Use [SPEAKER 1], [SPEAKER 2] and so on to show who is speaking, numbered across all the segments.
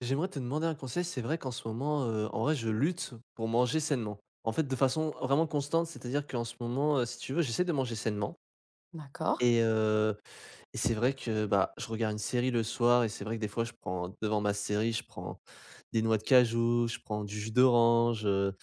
[SPEAKER 1] J'aimerais te demander un conseil. C'est vrai qu'en ce moment, en vrai, je lutte pour manger sainement. En fait, de façon vraiment constante, c'est-à-dire qu'en ce moment, si tu veux, j'essaie de manger sainement
[SPEAKER 2] D'accord.
[SPEAKER 1] et heu et c'est vrai que, bah, je regarde une série le soir et c'est vrai que des fois, je prends devant ma série, je prends des noix de cajou, je prends du jus d'orange,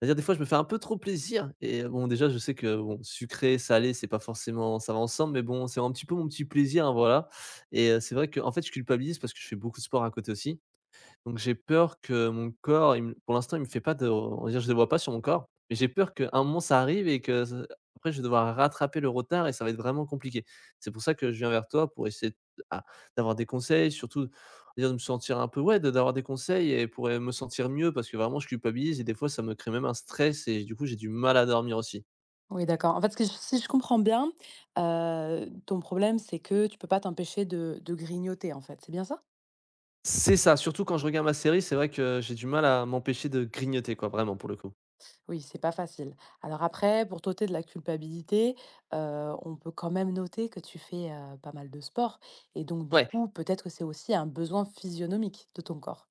[SPEAKER 1] c'est-à-dire des fois, je me fais un peu trop plaisir et bon, déjà, je sais que, bon, sucré, salé, c'est pas forcément ça va ensemble, mais bon, c'est un petit peu mon petit plaisir, hein, voilà. C'est vrai que, en fait, je culpabilise parce que je fais beaucoup de sport à côté aussi. Donc j'ai peur que mon corps, il me pour l'instant, il me fait pas de, on va dire, je ne le vois pas sur mon corps, mais j'ai peur qu'un moment ça arrive et que ce après je vais devoir rattraper le retard et ça va être vraiment compliqué. C'est pour ça que je viens vers toi pour essayer d'avoir des conseils, surtout, on va dire de me sentir un peu ouais, de d'avoir des conseils et pour, me sentir mieux parce que vraiment je culpabilise et des fois ça me crée même un stress et du coup j'ai du mal à dormir aussi.
[SPEAKER 2] Oui, d'accord. En fait, si je comprends bien, ton problème, c'est que tu peux pas t'empêcher de grignoter, en fait. C'est bien ça?
[SPEAKER 1] C'est ça, surtout quand je regarde ma série, c'est vrai que j'ai du mal à m'empêcher de grignoter quoi, vraiment pour le coup.
[SPEAKER 2] Oui, c'est pas facile. Alors après, pour t'ôter de la culpabilité, on peut quand même noter que tu fais pas mal de sport. Et donc, du
[SPEAKER 1] Ouais.
[SPEAKER 2] coup, peut-être que c'est aussi un besoin physionomique de ton corps.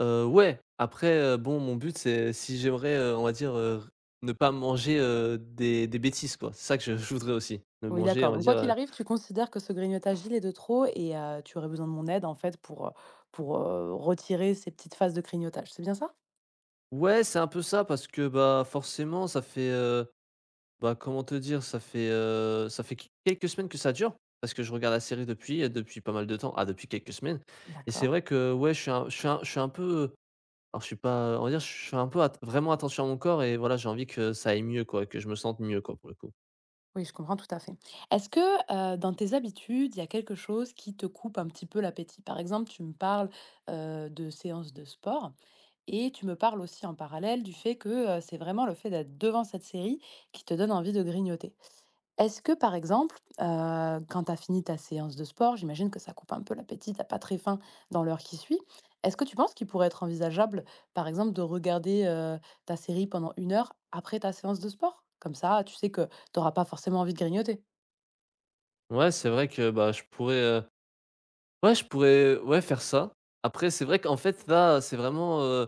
[SPEAKER 1] Ouais, après, bon, mon but, c'est si j'aimerais, on va dire, ne pas manger, des bêtises, quoi. C'est ça que je voudrais aussi, ne
[SPEAKER 2] Oui,
[SPEAKER 1] manger, on
[SPEAKER 2] d'accord.
[SPEAKER 1] va
[SPEAKER 2] Donc, quoi
[SPEAKER 1] dire,
[SPEAKER 2] qu'il
[SPEAKER 1] heu
[SPEAKER 2] arrive, tu considères que ce grignotage, il est de trop et tu aurais besoin de mon aide, en fait, pour retirer ces petites phases de grignotage. C'est bien ça?
[SPEAKER 1] Ouais, c'est un peu ça parce que, bah, forcément, ça fait, bah, comment te dire? Ça fait quelques semaines que ça dure parce que je regarde la série depuis pas mal de temps. Ah, depuis quelques semaines et c'est
[SPEAKER 2] D'accord.
[SPEAKER 1] vrai que, ouais, je suis un je suis un je suis un peu, alors je suis pas, on va dire, je suis un peu at vraiment attention à mon corps et voilà, j'ai envie que ça aille mieux, quoi, que je me sente mieux, quoi, pour le coup.
[SPEAKER 2] Oui, je comprends tout à fait. Est-ce que dans tes habitudes, il y a quelque chose qui te coupe un petit peu l'appétit? Par exemple, tu me parles de séances de sport et tu me parles aussi en parallèle du fait que c'est vraiment le fait d'être devant cette série qui te donne envie de grignoter. Est-ce que par exemple, quand tu as fini ta séance de sport, j'imagine que ça coupe un peu l'appétit. T'as pas très faim dans l'heure qui suit. Est-ce que tu penses qu'il pourrait être envisageable, par exemple, de regarder, ta série pendant une heure après ta séance de sport? Comme ça, tu sais que tu n'auras pas forcément envie de grignoter.
[SPEAKER 1] Ouais, c'est vrai que, bah, je pourrais, ouais, faire ça. Après, c'est vrai qu'en fait, là,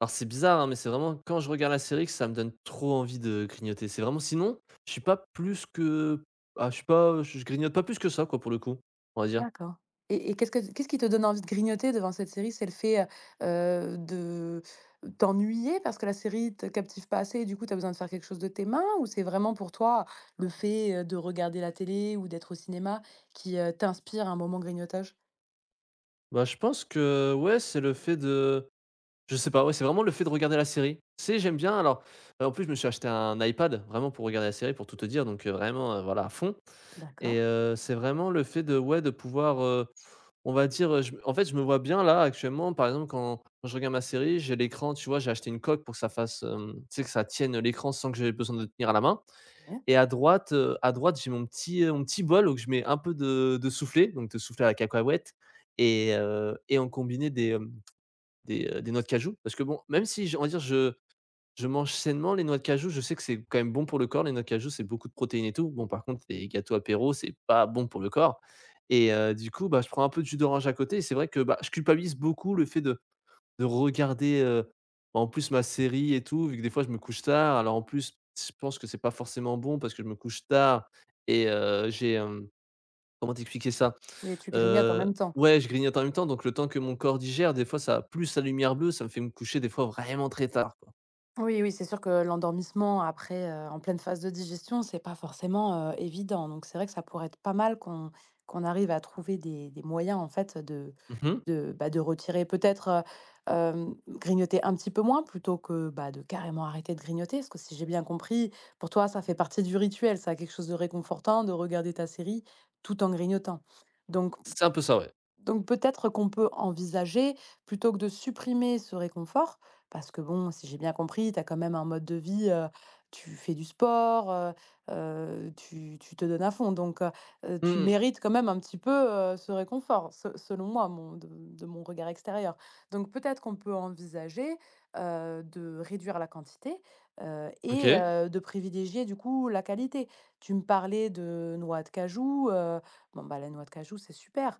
[SPEAKER 1] alors c'est bizarre, hein, mais c'est vraiment quand je regarde la série que ça me donne trop envie de grignoter. C'est vraiment sinon, je suis pas plus que ah, je suis pas je grignote pas plus que ça, quoi, pour le coup, on va dire.
[SPEAKER 2] D'accord. Et qu'est-ce qui te donne envie de grignoter devant cette série? C'est le fait, de t'ennuyer parce que la série te captive pas assez et du coup, tu as besoin de faire quelque chose de tes mains? Ou c'est vraiment pour toi, le fait, de regarder la télé ou d'être au cinéma qui, t'inspire un moment grignotage?
[SPEAKER 1] Bah, je pense que, ouais, c'est le fait de je sais pas, ouais, c'est vraiment le fait de regarder la série. C'est J'aime bien alors, en plus, je me suis acheté un iPad vraiment pour regarder la série, pour tout te dire, donc vraiment, voilà, à fond.
[SPEAKER 2] D'accord,
[SPEAKER 1] C'est vraiment le fait de, ouais, de pouvoir. On va dire, je en fait, je me vois bien là actuellement, par exemple, quand je regarde ma série, j'ai l'écran, tu vois? J'ai acheté une coque pour que ça fasse, tu sais, que ça tienne l'écran sans que j'aie besoin de le tenir à la main.
[SPEAKER 2] ouais.
[SPEAKER 1] Et à droite, j'ai mon petit bol où je mets un peu de soufflé, donc de soufflé à la cacahuète et en combiné des noix de cajou parce que bon, même si je on va dire je mange sainement les noix de cajou, je sais que c'est quand même bon pour le corps, les noix de cajou, c'est beaucoup de protéines et tout. Bon, par contre, les gâteaux apéro, c'est pas bon pour le corps. Du coup, bah, je prends un peu de jus d'orange à côté et c'est vrai que, bah, je culpabilise beaucoup le fait de regarder, bah, en plus ma série et tout, vu que des fois je me couche tard. Alors en plus, je pense que c'est pas forcément bon parce que je me couche tard j'ai, comment t'expliquer ça?
[SPEAKER 2] Oui, et tu grignotes en
[SPEAKER 1] Heu,
[SPEAKER 2] même temps.
[SPEAKER 1] ouais, je grignote en même temps, donc le temps que mon corps digère, des fois ça plus la lumière bleue, ça me fait me coucher des fois vraiment très tard, quoi.
[SPEAKER 2] Oui, oui, c'est sûr que l'endormissement après, en pleine phase de digestion, c'est pas forcément, évident. Donc c'est vrai que ça pourrait être pas mal qu'on arrive à trouver des moyens en fait de
[SPEAKER 1] Mmh.
[SPEAKER 2] de, bah, de retirer peut-être, grignoter un petit peu moins plutôt que, bah, de carrément arrêter de grignoter. Parce que si j'ai bien compris, pour toi, ça fait partie du rituel, ça a quelque chose de réconfortant de regarder ta série tout en grignotant. Donc
[SPEAKER 1] C'est un peu ça, ouais.
[SPEAKER 2] donc peut-être qu'on peut envisager, plutôt que de supprimer ce réconfort, parce que bon, si j'ai bien compris, tu as quand même un mode de vie, tu fais du sport, tu te donnes à fond, donc
[SPEAKER 1] Mmh
[SPEAKER 2] tu
[SPEAKER 1] mmh.
[SPEAKER 2] mérites quand même un petit peu, ce réconfort, se selon moi, mon de mon regard extérieur. Donc peut-être qu'on peut envisager, de réduire la quantité, et
[SPEAKER 1] OK.
[SPEAKER 2] de privilégier du coup la qualité. Tu me parlais de noix de cajou, bon, bah, la noix de cajou, c'est super.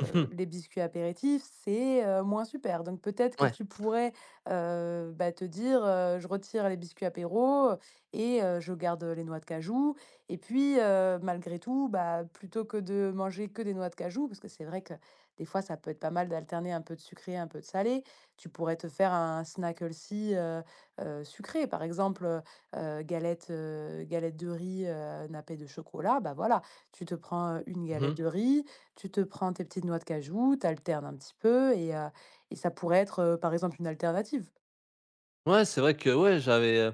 [SPEAKER 1] Mmh mh.
[SPEAKER 2] Les biscuits apéritifs, c'est, moins super. Donc peut-être que
[SPEAKER 1] Ouais.
[SPEAKER 2] tu pourrais, bah, te dire, «Je retire les biscuits apéros, et je garde les noix de cajou», et puis, malgré tout, bah, plutôt que de manger que des noix de cajou, parce que c'est vrai que des fois ça peut être pas mal d'alterner un peu de sucré, un peu de salé, tu pourrais te faire un snack aussi sucré. Par exemple, galette, galette de riz, nappée de chocolat, bah, voilà, tu te prends une
[SPEAKER 1] Mmh
[SPEAKER 2] galette
[SPEAKER 1] mh.
[SPEAKER 2] de riz, tu te prends tes petites noix de cajou, tu alternes un petit peu et ça pourrait être, par exemple, une alternative.
[SPEAKER 1] Ouais, c'est vrai que, ouais, j'avais,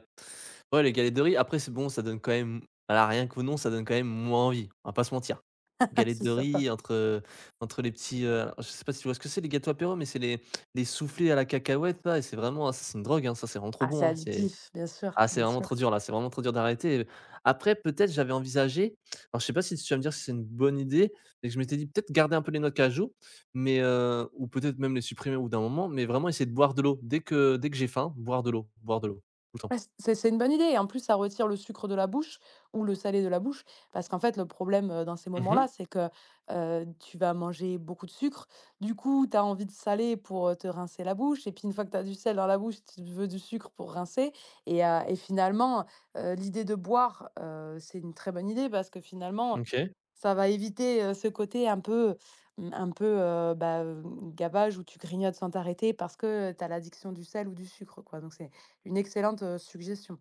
[SPEAKER 1] ouais, les galettes de riz, après c'est bon, ça donne quand même voilà, rien qu'au nom, ça donne quand même moins envie, on va pas se mentir.
[SPEAKER 2] Ah,
[SPEAKER 1] Galettes
[SPEAKER 2] c'est
[SPEAKER 1] de
[SPEAKER 2] sympa.
[SPEAKER 1] riz entre les petits, alors je sais pas si tu vois ce que c'est les gâteaux apéro, mais c'est les soufflés à la cacahuète là et c'est vraiment, ah, ça c'est une drogue, hein, ça c'est vraiment trop
[SPEAKER 2] Ah, c'est
[SPEAKER 1] bon, hein, c'est.
[SPEAKER 2] addictif, bien sûr,
[SPEAKER 1] Ah, c'est
[SPEAKER 2] bien
[SPEAKER 1] vraiment
[SPEAKER 2] sûr.
[SPEAKER 1] trop dur là, c'est vraiment trop dur d'arrêter, après peut-être j'avais envisagé, alors je sais pas si tu vas me dire si c'est une bonne idée, mais que je m'étais dit peut-être garder un peu les notes à jour, ou peut-être même les supprimer au bout d'un moment, mais vraiment essayer de boire de l'eau. Dès que j'ai faim, boire de l'eau, tout le temps.
[SPEAKER 2] Ouais, c'est une bonne idée et en plus ça retire le sucre de la bouche ou le salé de la bouche, parce qu'en fait le problème, dans ces
[SPEAKER 1] Mmh.
[SPEAKER 2] moments-là, c'est que, tu vas manger beaucoup de sucre. Du coup, tu as envie de salé pour, te rincer la bouche, et puis une fois que tu as du sel dans la bouche, tu veux du sucre pour rincer, et finalement, l'idée de boire, c'est une très bonne idée parce que finalement,
[SPEAKER 1] OK,
[SPEAKER 2] ça va éviter, ce côté un peu mmh, un peu, gavage où tu grignotes sans t'arrêter parce que, tu as l'addiction du sel ou du sucre, quoi. Donc c'est une excellente, suggestion,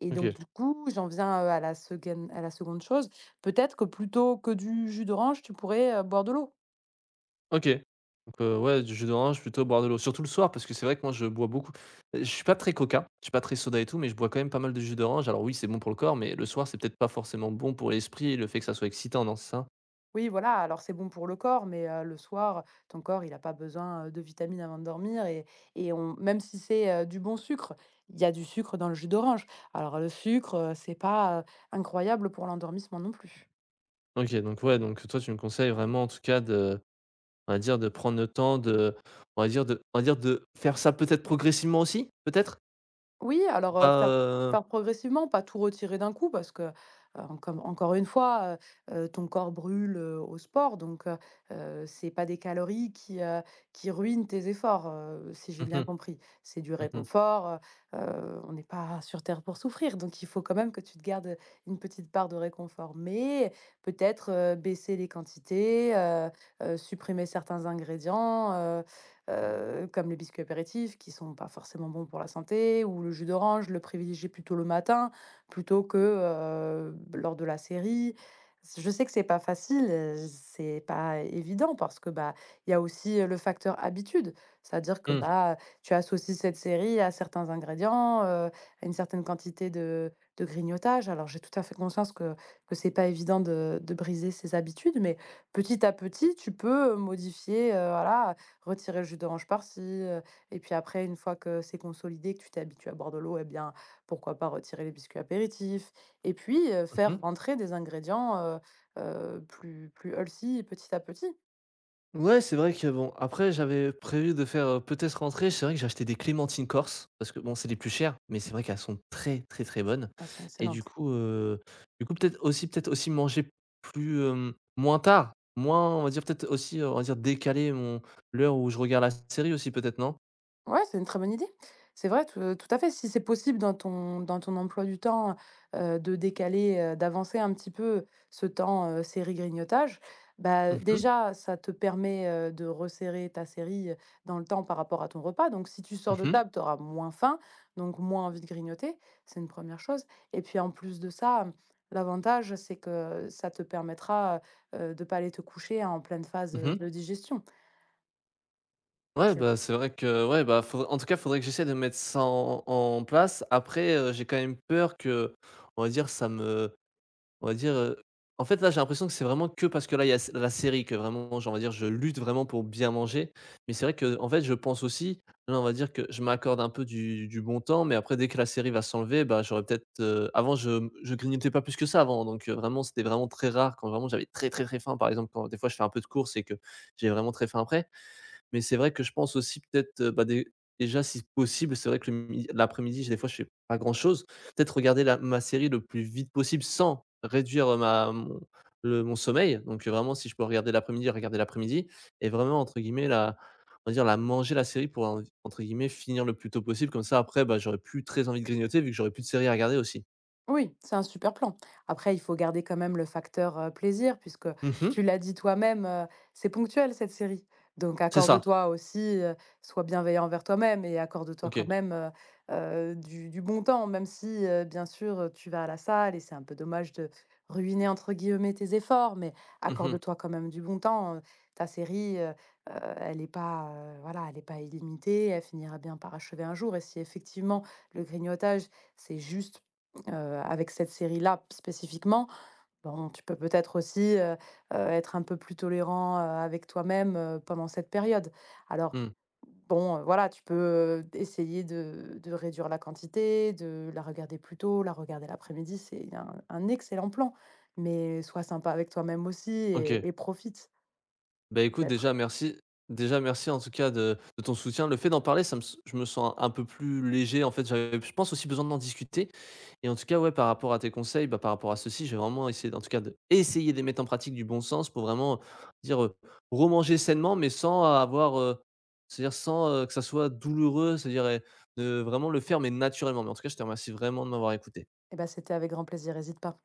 [SPEAKER 2] et donc
[SPEAKER 1] OK,
[SPEAKER 2] du coup, j'en viens, à la seconde chose. Peut-être que plutôt que du jus d'orange, tu pourrais, boire de l'eau?
[SPEAKER 1] OK. Donc ouais, du jus d'orange plutôt, boire de l'eau, surtout le soir parce que c'est vrai que moi je bois beaucoup. Je suis pas très coca, je suis pas très soda et tout, mais je bois quand même pas mal de jus d'orange. Alors oui, c'est bon pour le corps, mais le soir, c'est peut-être pas forcément bon pour l'esprit le fait que ça soit excitant, non, c'est ça?
[SPEAKER 2] Oui, voilà, alors c'est bon pour le corps, mais le soir, ton corps, il a pas besoin, de vitamines avant de dormir, et on même si c'est, du bon sucre, il y a du sucre dans le jus d'orange. Alors le sucre, c'est pas, incroyable pour l'endormissement non plus.
[SPEAKER 1] OK, donc ouais, donc toi, tu me conseilles vraiment en tout cas de on va dire de prendre le temps de on va dire de on va dire de faire ça peut-être progressivement aussi? Peut-être?
[SPEAKER 2] Oui,
[SPEAKER 1] Pour
[SPEAKER 2] alors,
[SPEAKER 1] pas, heu
[SPEAKER 2] faire progressivement, pas tout retirer d'un coup parce que, encom encore une fois, ton corps brûle, au sport, donc c'est pas des calories qui ruinent tes efforts, si j'ai
[SPEAKER 1] Mmh
[SPEAKER 2] bien
[SPEAKER 1] mh,
[SPEAKER 2] compris. C'est du
[SPEAKER 1] mmh mh,
[SPEAKER 2] réconfort, on n'est pas sur terre pour souffrir, donc il faut quand même que tu te gardes une petite part de réconfort, mais peut-être, baisser les quantités, supprimer certains ingrédients, comme les biscuits apéritifs qui sont pas forcément bons pour la santé, ou le jus d'orange, le privilégier plutôt le matin plutôt que, lors de la série. Je sais que c'est pas facile, c'est pas évident parce que, bah, il y a aussi, le facteur habitude. C'est-à-dire que, ouais,
[SPEAKER 1] mmh,
[SPEAKER 2] bah, tu associes cette série à certains ingrédients, à une certaine quantité de grignotage. Alors j'ai tout à fait conscience que c'est pas évident de briser ses habitudes, mais petit à petit, tu peux modifier, voilà, retirer le jus d'orange par-ci, et puis après une fois que c'est consolidé, que tu t'es habitué à boire de l'eau, eh bien, pourquoi pas retirer les biscuits apéritifs et puis, faire
[SPEAKER 1] mmh.
[SPEAKER 2] rentrer des ingrédients, plus healthy petit à petit.
[SPEAKER 1] Ouais, c'est vrai que bon, après j'avais prévu de faire, peut-être rentrer, c'est vrai que j'ai acheté des clémentines corse parce que bon, c'est les plus chères, mais c'est vrai qu'elles sont très, très, très bonnes
[SPEAKER 2] Elles sont
[SPEAKER 1] et du
[SPEAKER 2] excellentes.
[SPEAKER 1] coup, heu, du coup peut-être aussi manger plus, moins tard, moins on va dire peut-être aussi, on va dire décaler mon l'heure où je regarde la série aussi peut-être, non?
[SPEAKER 2] Ouais, c'est une très bonne idée. C'est vrai, tout, tout à fait. Si c'est possible dans ton emploi du temps, de décaler, d'avancer un petit peu ce temps, série-grignotage, bah,
[SPEAKER 1] Mmh mh.
[SPEAKER 2] déjà, ça te permet, de resserrer ta série, dans le temps par rapport à ton repas. Donc si tu sors
[SPEAKER 1] Mmh
[SPEAKER 2] de
[SPEAKER 1] mh.
[SPEAKER 2] table, tu auras moins faim, donc moins envie de grignoter. C'est une première chose, et puis, en plus de ça, l'avantage, c'est que ça te permettra, de ne pas aller te coucher en pleine phase,
[SPEAKER 1] Mmh mh.
[SPEAKER 2] de digestion.
[SPEAKER 1] Ouais, bah, c'est vrai que ouais, bah, faudrait en tout cas, faudrait que j'essaie de mettre ça en place. Après, j'ai quand même peur qu'on va dire ça me on va dire, en fait, là, j'ai l'impression que c'est vraiment que parce que là, il y a s la série que vraiment, genre, on va dire, je lutte vraiment pour bien manger. Mais c'est vrai qu'en fait, je pense aussi là, on va dire que je m'accorde un peu du bon temps, mais après dès que la série va s'enlever, bah, j'aurais peut-être, avant je grignotais pas plus que ça avant, donc vraiment, c'était vraiment très rare quand vraiment j'avais très, très, très faim, par exemple, quand des fois je fais un peu de courses et que j'ai vraiment très faim après. Mais c'est vrai que je pense aussi peut-être, bah, dé déjà si possible, c'est vrai que le mi l'après-midi, j'ai des fois, je fais pas grand-chose. Peut-être regarder la ma série le plus vite possible sans réduire, ma mon le mon sommeil. Donc vraiment si je peux regarder l'après-midi et vraiment entre guillemets la on va dire la manger la série pour en entre guillemets «finir le plus tôt possible». Comme ça après, bah, j'aurais plus très envie de grignoter vu que j'aurais plus de série à regarder aussi.
[SPEAKER 2] Oui, c'est un super plan. Après, il faut garder quand même le facteur, plaisir, puisque
[SPEAKER 1] Mmh.
[SPEAKER 2] tu l'as dit toi-même, c'est ponctuel cette série. Donc
[SPEAKER 1] C'est ça.
[SPEAKER 2] accorde-toi aussi, sois bienveillant envers toi-même et accorde-toi quand
[SPEAKER 1] OK.
[SPEAKER 2] même, du bon temps, même si, bien sûr, tu vas à la salle et c'est un peu dommage de «ruiner» entre guillemets tes efforts, mais
[SPEAKER 1] Mmh mh.
[SPEAKER 2] accorde-toi quand même du bon temps, Ta série, elle n'est pas, voilà, elle n'est pas illimitée, elle finira bien par achever un jour, et si effectivement le grignotage, c'est juste heu, avec cette série-là spécifiquement, bon, tu peux peut-être aussi, être un peu plus tolérant, avec toi-même, pendant cette période. Alors
[SPEAKER 1] Mmh.
[SPEAKER 2] bon, voilà, tu peux, essayer de réduire la quantité, de la regarder plus tôt, la regarder l'après-midi, c'est un excellent plan, mais sois sympa avec toi-même aussi
[SPEAKER 1] OK.
[SPEAKER 2] et profite
[SPEAKER 1] Bah, écoute,
[SPEAKER 2] peut-être.
[SPEAKER 1] déjà merci en tout cas de ton soutien. Le fait d'en parler, ça me s je me sens un peu plus léger en fait, j'avais je pense aussi besoin d'en discuter et en tout cas, ouais, par rapport à tes conseils, bah, par rapport à ceci, j'ai vraiment essayé en tout cas d'essayer de les mettre en pratique du bon sens pour vraiment dire, remanger sainement mais sans avoir, c'est-à-dire sans, que ça soit douloureux, c'est-à-dire, de vraiment le faire mais naturellement. Mais en tout cas, je te remercie vraiment de m'avoir écouté.
[SPEAKER 2] Eh ben, c'était avec grand plaisir, hésite pas.